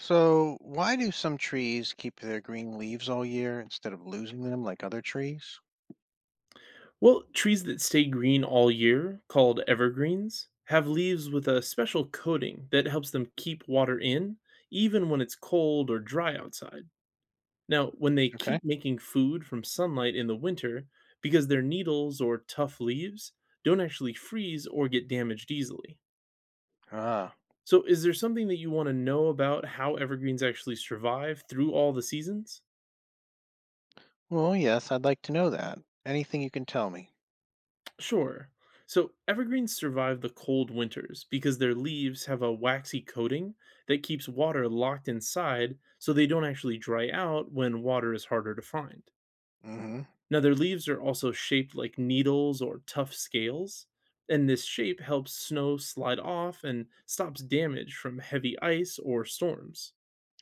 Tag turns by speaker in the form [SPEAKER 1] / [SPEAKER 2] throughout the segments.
[SPEAKER 1] So, why do some trees keep their green leaves all year instead of losing them like other trees?
[SPEAKER 2] Well, trees that stay green all year, called evergreens, have leaves with a special coating that helps them keep water in, even when it's cold or dry outside. Now, when they
[SPEAKER 1] Okay.
[SPEAKER 2] keep making food from sunlight in the winter, because their needles or tough leaves don't actually freeze or get damaged easily.
[SPEAKER 1] Ah,
[SPEAKER 2] So, is there something that you want to know about how evergreens actually survive through all the seasons?
[SPEAKER 1] well, yes, I'd like to know that. Anything you can tell me?
[SPEAKER 2] Sure. So evergreens survive the cold winters because their leaves have a waxy coating that keeps water locked inside so they don't actually dry out when water is harder to find.
[SPEAKER 1] Mm-hmm.
[SPEAKER 2] Now, their leaves are also shaped like needles or tough scales, and this shape helps snow slide off and stops damage from heavy ice or storms.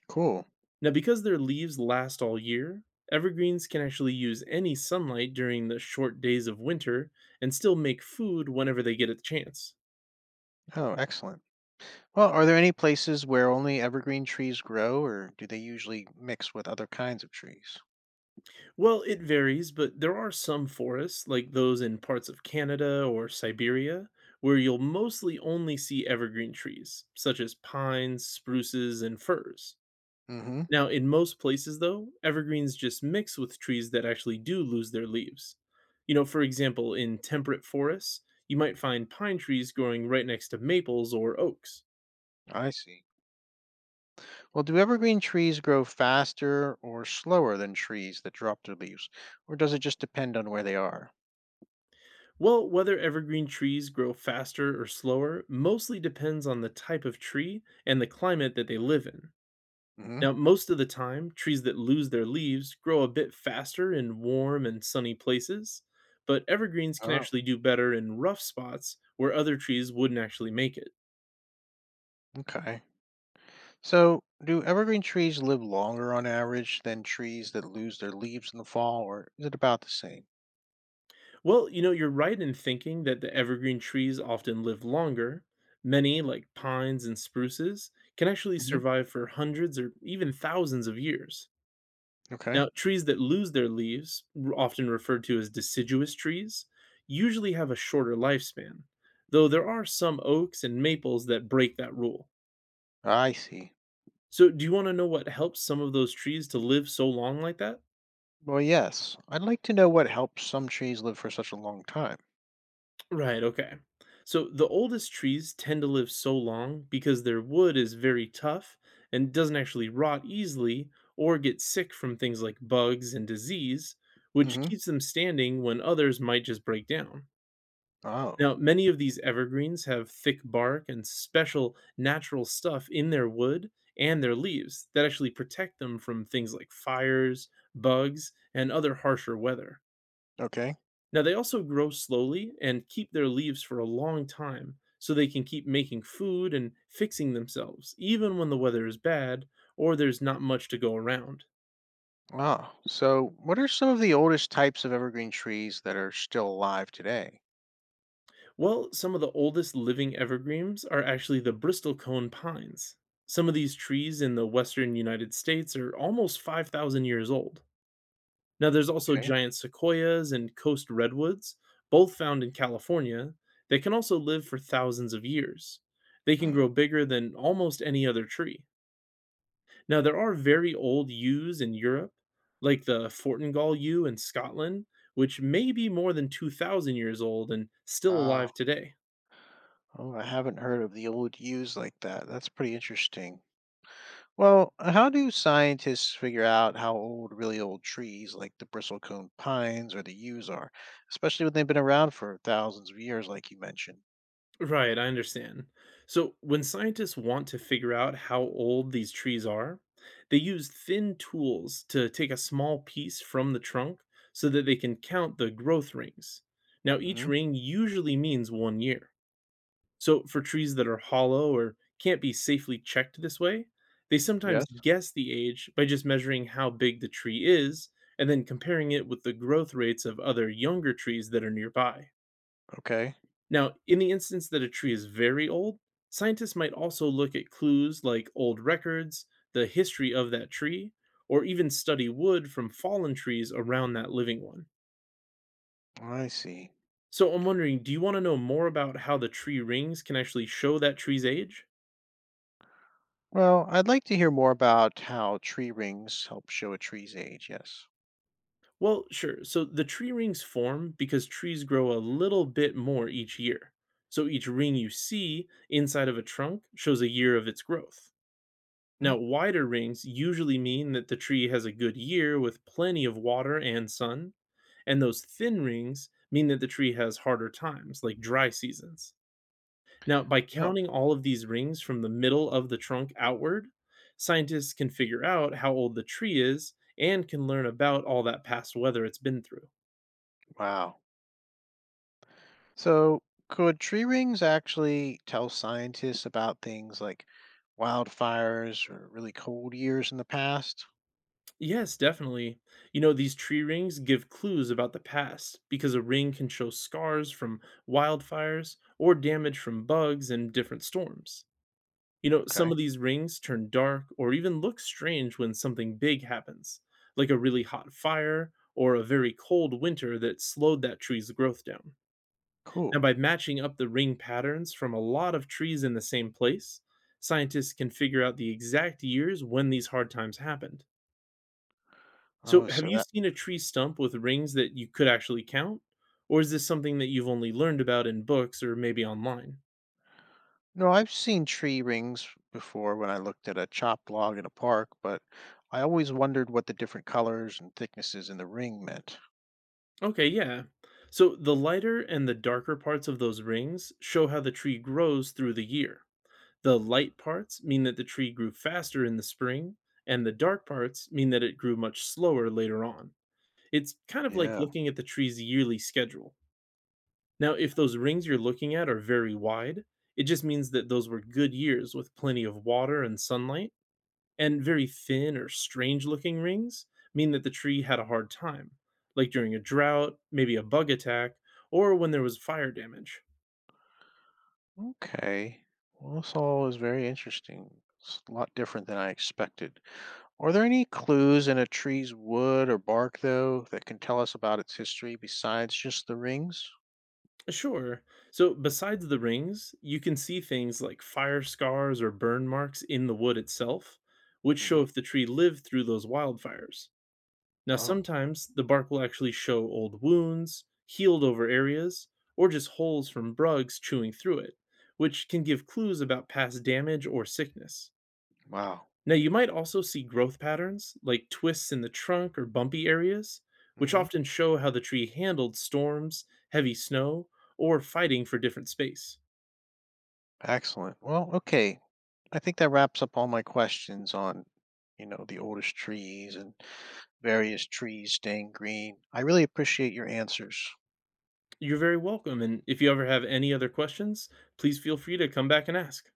[SPEAKER 1] Cool.
[SPEAKER 2] Now, because their leaves last all year, evergreens can actually use any sunlight during the short days of winter and still make food whenever they get a chance.
[SPEAKER 1] Oh, excellent. Well, are there any places where only evergreen trees grow, or do they usually mix with other kinds of trees?
[SPEAKER 2] Well, it varies, but there are some forests, like those in parts of Canada or Siberia, where you'll mostly only see evergreen trees, such as pines, spruces, and firs.
[SPEAKER 1] Mm-hmm.
[SPEAKER 2] Now, in most places, though, evergreens just mix with trees that actually do lose their leaves. You know, for example, in temperate forests, you might find pine trees growing right next to maples or oaks.
[SPEAKER 1] I see. Well, do evergreen trees grow faster or slower than trees that drop their leaves, or does it just depend on where they are?
[SPEAKER 2] Well, whether evergreen trees grow faster or slower mostly depends on the type of tree and the climate that they live in.
[SPEAKER 1] Mm-hmm.
[SPEAKER 2] Now, most of the time, trees that lose their leaves grow a bit faster in warm and sunny places, but evergreens can
[SPEAKER 1] Oh,
[SPEAKER 2] actually do better in rough spots where other trees wouldn't actually make it.
[SPEAKER 1] okay. So, do evergreen trees live longer on average than trees that lose their leaves in the fall, or is it about the same?
[SPEAKER 2] Well, you know, you're right in thinking that the evergreen trees often live longer. Many, like pines and spruces, can actually
[SPEAKER 1] Hmm.
[SPEAKER 2] survive for hundreds or even thousands of years.
[SPEAKER 1] Okay.
[SPEAKER 2] Now, trees that lose their leaves, often referred to as deciduous trees, usually have a shorter lifespan, though there are some oaks and maples that break that rule.
[SPEAKER 1] I see.
[SPEAKER 2] So, do you want to know what helps some of those trees to live so long like that?
[SPEAKER 1] Well, yes. I'd like to know what helps some trees live for such a long time.
[SPEAKER 2] Right, okay. So the oldest trees tend to live so long because their wood is very tough and doesn't actually rot easily or get sick from things like bugs and disease, which
[SPEAKER 1] Hmm.
[SPEAKER 2] keeps them standing when others might just break down. Now,
[SPEAKER 1] Oh,
[SPEAKER 2] many of these evergreens have thick bark and special natural stuff in their wood and their leaves that actually protect them from things like fires, bugs, and other harsher weather.
[SPEAKER 1] okay.
[SPEAKER 2] Now, they also grow slowly and keep their leaves for a long time so they can keep making food and fixing themselves, even when the weather is bad or there's not much to go around.
[SPEAKER 1] Ah, so what are some of the oldest types of evergreen trees that are still alive today?
[SPEAKER 2] Well, some of the oldest living evergreens are actually the Bristol cone pines. Some of these trees in the western United States are almost 5,000 years old. Now, there's also
[SPEAKER 1] Okay.
[SPEAKER 2] giant sequoias and coast redwoods, both found in California, that can also live for thousands of years. They can
[SPEAKER 1] Hmm.
[SPEAKER 2] grow bigger than almost any other tree. Now, there are very old yews in Europe, like the Fortingall yew in Scotland, which may be more than 2,000 years old and still alive
[SPEAKER 1] Wow.
[SPEAKER 2] today.
[SPEAKER 1] Oh, I haven't heard of the old yews like that. That's pretty interesting. Well, how do scientists figure out how old really old trees like the bristlecone pines or the yews are, especially when they've been around for thousands of years, like you mentioned?
[SPEAKER 2] Right, I understand. So, when scientists want to figure out how old these trees are, they use thin tools to take a small piece from the trunk so that they can count the growth rings. Now, each
[SPEAKER 1] Hmm.
[SPEAKER 2] ring usually means 1 year. So, for trees that are hollow or can't be safely checked this way, they sometimes
[SPEAKER 1] Yes.
[SPEAKER 2] guess the age by just measuring how big the tree is and then comparing it with the growth rates of other younger trees that are nearby.
[SPEAKER 1] Okay,
[SPEAKER 2] Now, in the instance that a tree is very old, scientists might also look at clues like old records, the history of that tree, or even study wood from fallen trees around that living one.
[SPEAKER 1] I see.
[SPEAKER 2] So, I'm wondering, do you want to know more about how the tree rings can actually show that tree's age?
[SPEAKER 1] Well, I'd like to hear more about how tree rings help show a tree's age, yes.
[SPEAKER 2] Well, sure. So, the tree rings form because trees grow a little bit more each year. So, each ring you see inside of a trunk shows a year of its growth. Now,
[SPEAKER 1] Hmm?
[SPEAKER 2] wider rings usually mean that the tree has a good year with plenty of water and sun, and those thin rings mean that the tree has harder times, like dry seasons. Now, by
[SPEAKER 1] Oh,
[SPEAKER 2] counting all of these rings from the middle of the trunk outward, scientists can figure out how old the tree is and can learn about all that past weather it's been through.
[SPEAKER 1] wow. So, could tree rings actually tell scientists about things like wildfires or really cold years in the past?
[SPEAKER 2] Yes, definitely. You know, these tree rings give clues about the past because a ring can show scars from wildfires or damage from bugs and different storms. You know, some
[SPEAKER 1] Okay,
[SPEAKER 2] of these rings turn dark or even look strange when something big happens, like a really hot fire or a very cold winter that slowed that tree's growth down. Now,
[SPEAKER 1] cool.
[SPEAKER 2] by matching up the ring patterns from a lot of trees in the same place, scientists can figure out the exact years when these hard times happened. So,
[SPEAKER 1] Oh,
[SPEAKER 2] have
[SPEAKER 1] so
[SPEAKER 2] you
[SPEAKER 1] that.
[SPEAKER 2] seen a tree stump with rings that you could actually count? Or is this something that you've only learned about in books or maybe online?
[SPEAKER 1] No, I've seen tree rings before when I looked at a chopped log in a park, but I always wondered what the different colors and thicknesses in the ring meant.
[SPEAKER 2] Okay, yeah. So, the lighter and the darker parts of those rings show how the tree grows through the year. The light parts mean that the tree grew faster in the spring, and the dark parts mean that it grew much slower later on. It's kind of like
[SPEAKER 1] Yeah.
[SPEAKER 2] looking at the tree's yearly schedule. Now, if those rings you're looking at are very wide, it just means that those were good years with plenty of water and sunlight, and very thin or strange looking rings mean that the tree had a hard time, like during a drought, maybe a bug attack, or when there was fire damage.
[SPEAKER 1] Okay. Well, this all is very interesting. It's a lot different than I expected. Are there any clues in a tree's wood or bark, though, that can tell us about its history besides just the rings?
[SPEAKER 2] Sure. So, besides the rings, you can see things like fire scars or burn marks in the wood itself, which show
[SPEAKER 1] Hmm.
[SPEAKER 2] if the tree lived through those wildfires. Now,
[SPEAKER 1] Oh,
[SPEAKER 2] sometimes the bark will actually show old wounds, healed over areas, or just holes from bugs chewing through it, which can give clues about past damage or sickness.
[SPEAKER 1] wow.
[SPEAKER 2] Now, you might also see growth patterns like twists in the trunk or bumpy areas, which
[SPEAKER 1] Hmm.
[SPEAKER 2] often show how the tree handled storms, heavy snow, or fighting for different space.
[SPEAKER 1] Excellent. Well, okay. I think that wraps up all my questions on, the oldest trees and various trees staying green. I really appreciate your answers.
[SPEAKER 2] You're very welcome, and if you ever have any other questions, please feel free to come back and ask.